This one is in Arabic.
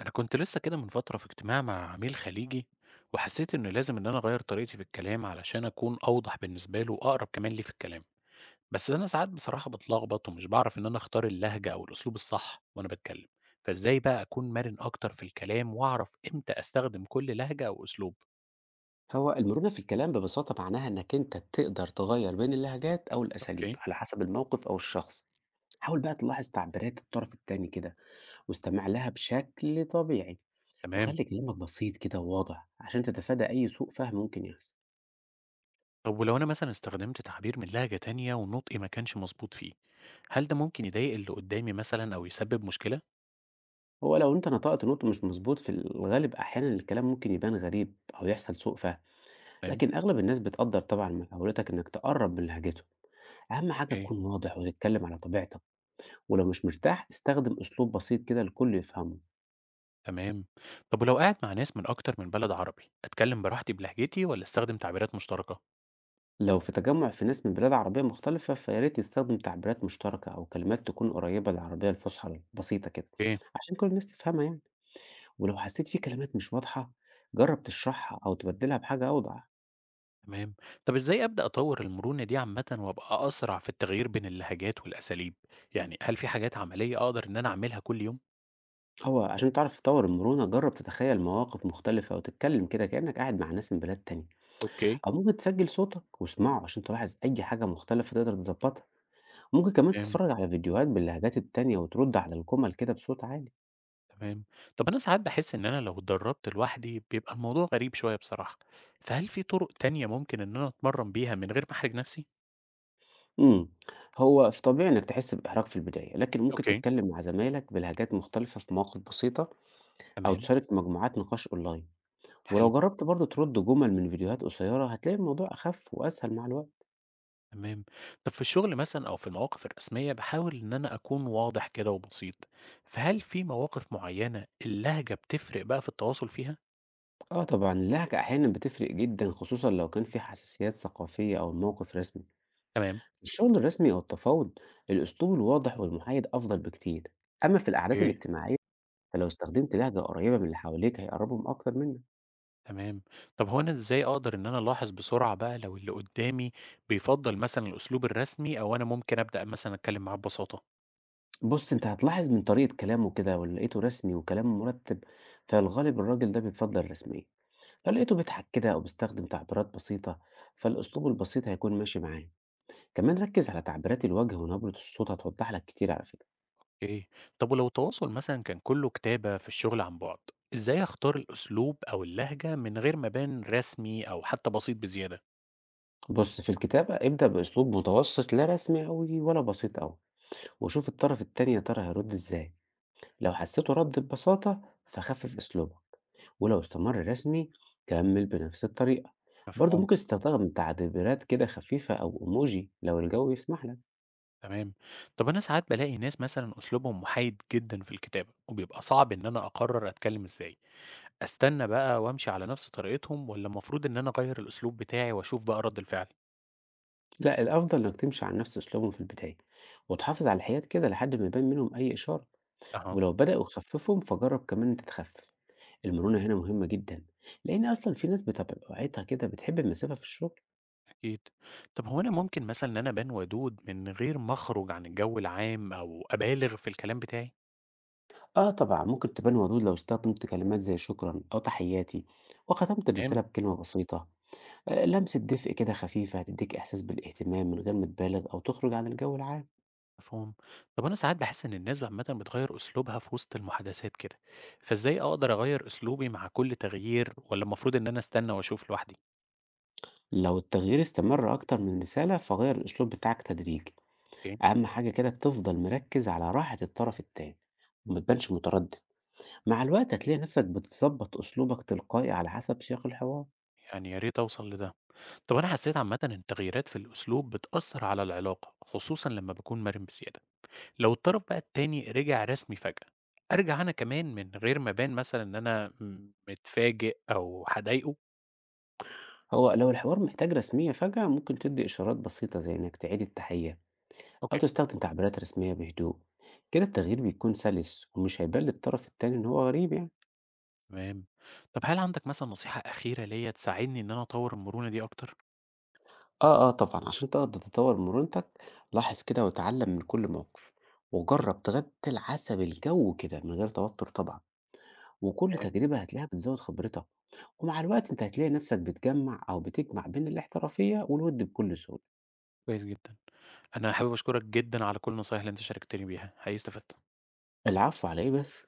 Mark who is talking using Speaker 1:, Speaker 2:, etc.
Speaker 1: أنا كنت لسه كده من فترة في اجتماع مع عميل خليجي، وحسيت إن لازم إن أنا أغير طريقتي في الكلام علشان أكون أوضح بالنسبة له وأقرب كمان ليه في الكلام. بس أنا ساعات بصراحة بتلخبط ومش بعرف إن أنا أختار اللهجة أو الأسلوب الصح وأنا بتكلم. فإزاي بقى أكون مرن أكتر في الكلام وأعرف إمتى أستخدم كل لهجة أو أسلوب؟
Speaker 2: هو المرونة في الكلام ببساطة معناها إنك أنت تقدر تغير بين اللهجات أو الأساليب
Speaker 1: اوكي.
Speaker 2: على حسب الموقف أو الشخص. حاول بقى تلاحظ تعبيرات الطرف التاني كده، واستمع لها بشكل طبيعي،
Speaker 1: تمام.
Speaker 2: وخلي كلامك بسيط كده وواضح عشان تتفادى أي سوء فهم ممكن يحصل.
Speaker 1: طب ولو أنا مثلا استخدمت تعبير من لهجة تانية ونطقي ما كانش مظبوط فيه، هل ده ممكن يضايق اللي قدامي مثلا أو يسبب مشكلة؟
Speaker 2: هو لو أنت نطقت نطق مش مظبوط في الغالب أحيانا الكلام ممكن يبان غريب أو يحصل سوء فهم،
Speaker 1: تمام.
Speaker 2: لكن أغلب الناس بتقدر طبعا محاولتك إنك تقرب من لهجته. أهم حاجة
Speaker 1: إيه.
Speaker 2: تكون واضح وتتكلم على طبيعتك، ولو مش مرتاح استخدم أسلوب بسيط كده الكل يفهمه.
Speaker 1: تمام. طب ولو قاعد مع ناس من أكتر من بلد عربي، أتكلم براحتي بلهجتي ولا أستخدم تعبيرات مشتركة؟
Speaker 2: لو في تجمع في ناس من بلاد عربية مختلفة فيا ريت يستخدم تعبيرات مشتركة أو كلمات تكون قريبة للعربية الفصحى البسيطة كده،
Speaker 1: إيه.
Speaker 2: عشان كل الناس تفهمها يعني. ولو حسيت في كلمات مش واضحة جرب تشرحها أو تبدلها بحاجة أوضح.
Speaker 1: تمام. طب إزاي أبدأ أطور المرونة دي عامة وأبقى أسرع في التغيير بين اللهجات والأساليب؟ يعني هل في حاجات عملية أقدر إن أنا أعملها كل يوم؟
Speaker 2: هو عشان تعرف تطور المرونة جرب تتخيل مواقف مختلفة وتتكلم كده كأنك قاعد مع ناس من بلاد تانية،
Speaker 1: اوكي.
Speaker 2: أو ممكن تسجل صوتك واسمعه عشان تلاحظ أي حاجة مختلفة تقدر تظبطها. ممكن كمان
Speaker 1: تمام.
Speaker 2: تتفرج على فيديوهات باللهجات التانية وترد على الجمل كده بصوت عالي.
Speaker 1: تمام. طب أنا ساعات بحس إن أنا لو اتدربت لوحدي بيبقى الموضوع غريب شوية بصراحة، فهل في طرق تانية ممكن إن أنا أتمرن بيها من غير ما أحرج نفسي؟
Speaker 2: إمم. هو ف طبيعي إنّك تحس بإحراج في البداية، لكن ممكن
Speaker 1: اوكي.
Speaker 2: تتكلّم مع زمايلك بلهجات مختلفة في مواقف بسيطة، أو
Speaker 1: تمام.
Speaker 2: تشارك في مجموعات نقاش أونلاين،
Speaker 1: حلو.
Speaker 2: ولو جرّبت برضه ترُد جُمل من فيديوهات قصيّرة هتلاقي الموضوع أخَف وأسهل مع الوقت.
Speaker 1: تمام. طب في الشغل مثلا او في المواقف الرسميه بحاول ان انا اكون واضح كده وبسيط، فهل في مواقف معينه اللهجه بتفرق بقى في التواصل فيها؟
Speaker 2: آه طبعًا، اللهجة أحيانًا بتفرق جدًا خصوصًا لو كان في حساسيات ثقافية أو الموقف رسمي.
Speaker 1: تمام.
Speaker 2: في الشغل الرسمي أو التفاوض، الأسلوب الواضح والمحايد أفضل بكتير، أمّا في القعدات
Speaker 1: ايه.
Speaker 2: الاجتماعية فلو استخدمت لهجة قريّبة من اللي حواليك هيقرّبهم أكتر منّك.
Speaker 1: تمام. طب هو انا ازاي اقدر ان انا الاحظ بسرعه بقى لو اللي قدامي بيفضل مثلا الاسلوب الرسمي، او انا ممكن ابدا مثلا اتكلم معاه ببساطه؟
Speaker 2: بُص، أنت هتلاحظ من طريقة كلامه كده لو لقيته رسمي وكلامه مرتب، فالغالب الراجل ده بيفضّل الرسمية. لو
Speaker 1: مم.
Speaker 2: لقيته بيضحك كده أو بيستخدم تعبيرات بسيطة، فالأسلوب البسيط هيكون ماشي معاه. كمان ركّز على تعبيرات الوجه ونبرة الصوت هتوضح لك كتير على فكرة.
Speaker 1: ايه. طب ولو التواصل مثلا كان كله كتابه في الشغل عن بعد، ازاي اختار الاسلوب او اللهجه من غير ما ابان رسمي او حتى بسيط بزياده؟
Speaker 2: بُص، في الكتابة ابدأ بأسلوب متوسط لا رسمي أوي ولا بسيط أوي، وشوف الطرف التاني يا ترى هيرُد إزاي. لو حسيته رَد ببساطة فخفِّف أسلوبك، ولو استمر رسمي كمل بنفس الطريقة. برضه
Speaker 1: مفهوم.
Speaker 2: ممكن تستخدم تعبيرات كده خفيفة أو إيموجي لو الجو يسمح لك.
Speaker 1: تمام. طب أنا ساعات بلاقي ناس مثلا أسلوبهم محايد جدا في الكتابة وبيبقى صعب إن أنا أقرر أتكلم إزاي. أستنى بقى وأمشي على نفس طريقتهم، ولا المفروض إن أنا أغير الأسلوب بتاعي وأشوف بقى رد الفعل؟
Speaker 2: لا، الأفضل إنك تمشي على نفس أسلوبهم في البداية وتحافظ على الحياد كده لحد ما يبان منهم أي إشارة.
Speaker 1: أها.
Speaker 2: ولو بدأوا يخففهم فجرب كمان إنت تخفف. المرونة هنا مهمة جدا، لأن أصلا في ناس بطبيعتها كده بتحب المسافة في الشغل.
Speaker 1: أكيد. طب هو أنا ممكن مثلا إن أنا أبان ودود من غير ما أخرج عن الجو العام أو أبالغ في الكلام بتاعي؟
Speaker 2: آه طبعا ممكن تبان ودود لو استخدمت كلمات زي شكرا أو تحياتي، وختمت
Speaker 1: تمام.
Speaker 2: الرسالة بكلمة بسيطة. لمسة دفء كده خفيفة هتدّيك إحساس بالاهتمام من غير ما تبالغ أو تخرج عن الجو العام.
Speaker 1: مفهوم. طب أنا ساعات بحس إن الناس عامة بتغير أسلوبها في وسط المحادثات كده، فإزاي أقدر أغير أسلوبي مع كل تغيير، ولا المفروض إن أنا أستنى وأشوف لوحدي؟
Speaker 2: لو التغيير استمر أكتر من رسالة، فغيّر الأسلوب بتاعك تدريجي. أهم حاجة كده تفضل مركّز على راحة الطرف التاني وما تبانش متردد. مع الوقت هتلاقي نفسك بتضبّط أسلوبك تلقائي على حسب سياق الحوار.
Speaker 1: يعني يا ريت أوصل لده. طب أنا حسيت عامةً إن التغييرات في الأسلوب بتأثر على العلاقة، خصوصًا لما باكون مرن بزيادة. لو الطرف بقى التاني رجع رسمي فجأة، أرجع أنا كمان من غير ما أبان مثلًا إن أنا متفاجئ أو هاضايقه؟
Speaker 2: هو لو الحوار محتاج رسمية فجأة، ممكن تدّي إشارات بسيطة زي إنك تعيد التحية أو
Speaker 1: أوكي،
Speaker 2: تستخدم تعبيرات رسمية بهدوء. كده التغيير بيكون سلس ومش هيبان للطرف التاني إن هو غريب يعني.
Speaker 1: تمام. طب هل عندك مثلًا نصيحة أخيرة ليّا تساعدني إن أنا أطوّر المرونة دي أكتر؟
Speaker 2: آه، طبعًا، عشان تقدر تطوّر من مرونتك، لاحظ كده واتعلّم من كل موقف،
Speaker 1: أوكي،
Speaker 2: وجرّب تغتّل حسب الجو كده من غير توتر طبعًا، وكل
Speaker 1: تمام،
Speaker 2: تجربة هتلاقيها بتزوّد خبرتك، ومع الوقت أنت هتلاقي نَفْسك بتجمّع أو بتجمع بين الاحترافية والوِد بكل سهولة.
Speaker 1: كويس جدًا. أنا حابب أشكرك جدًا على كل النصايح اللي أنت شاركتني بيها، حقيقي استفدت.
Speaker 2: العفو على إيه بس.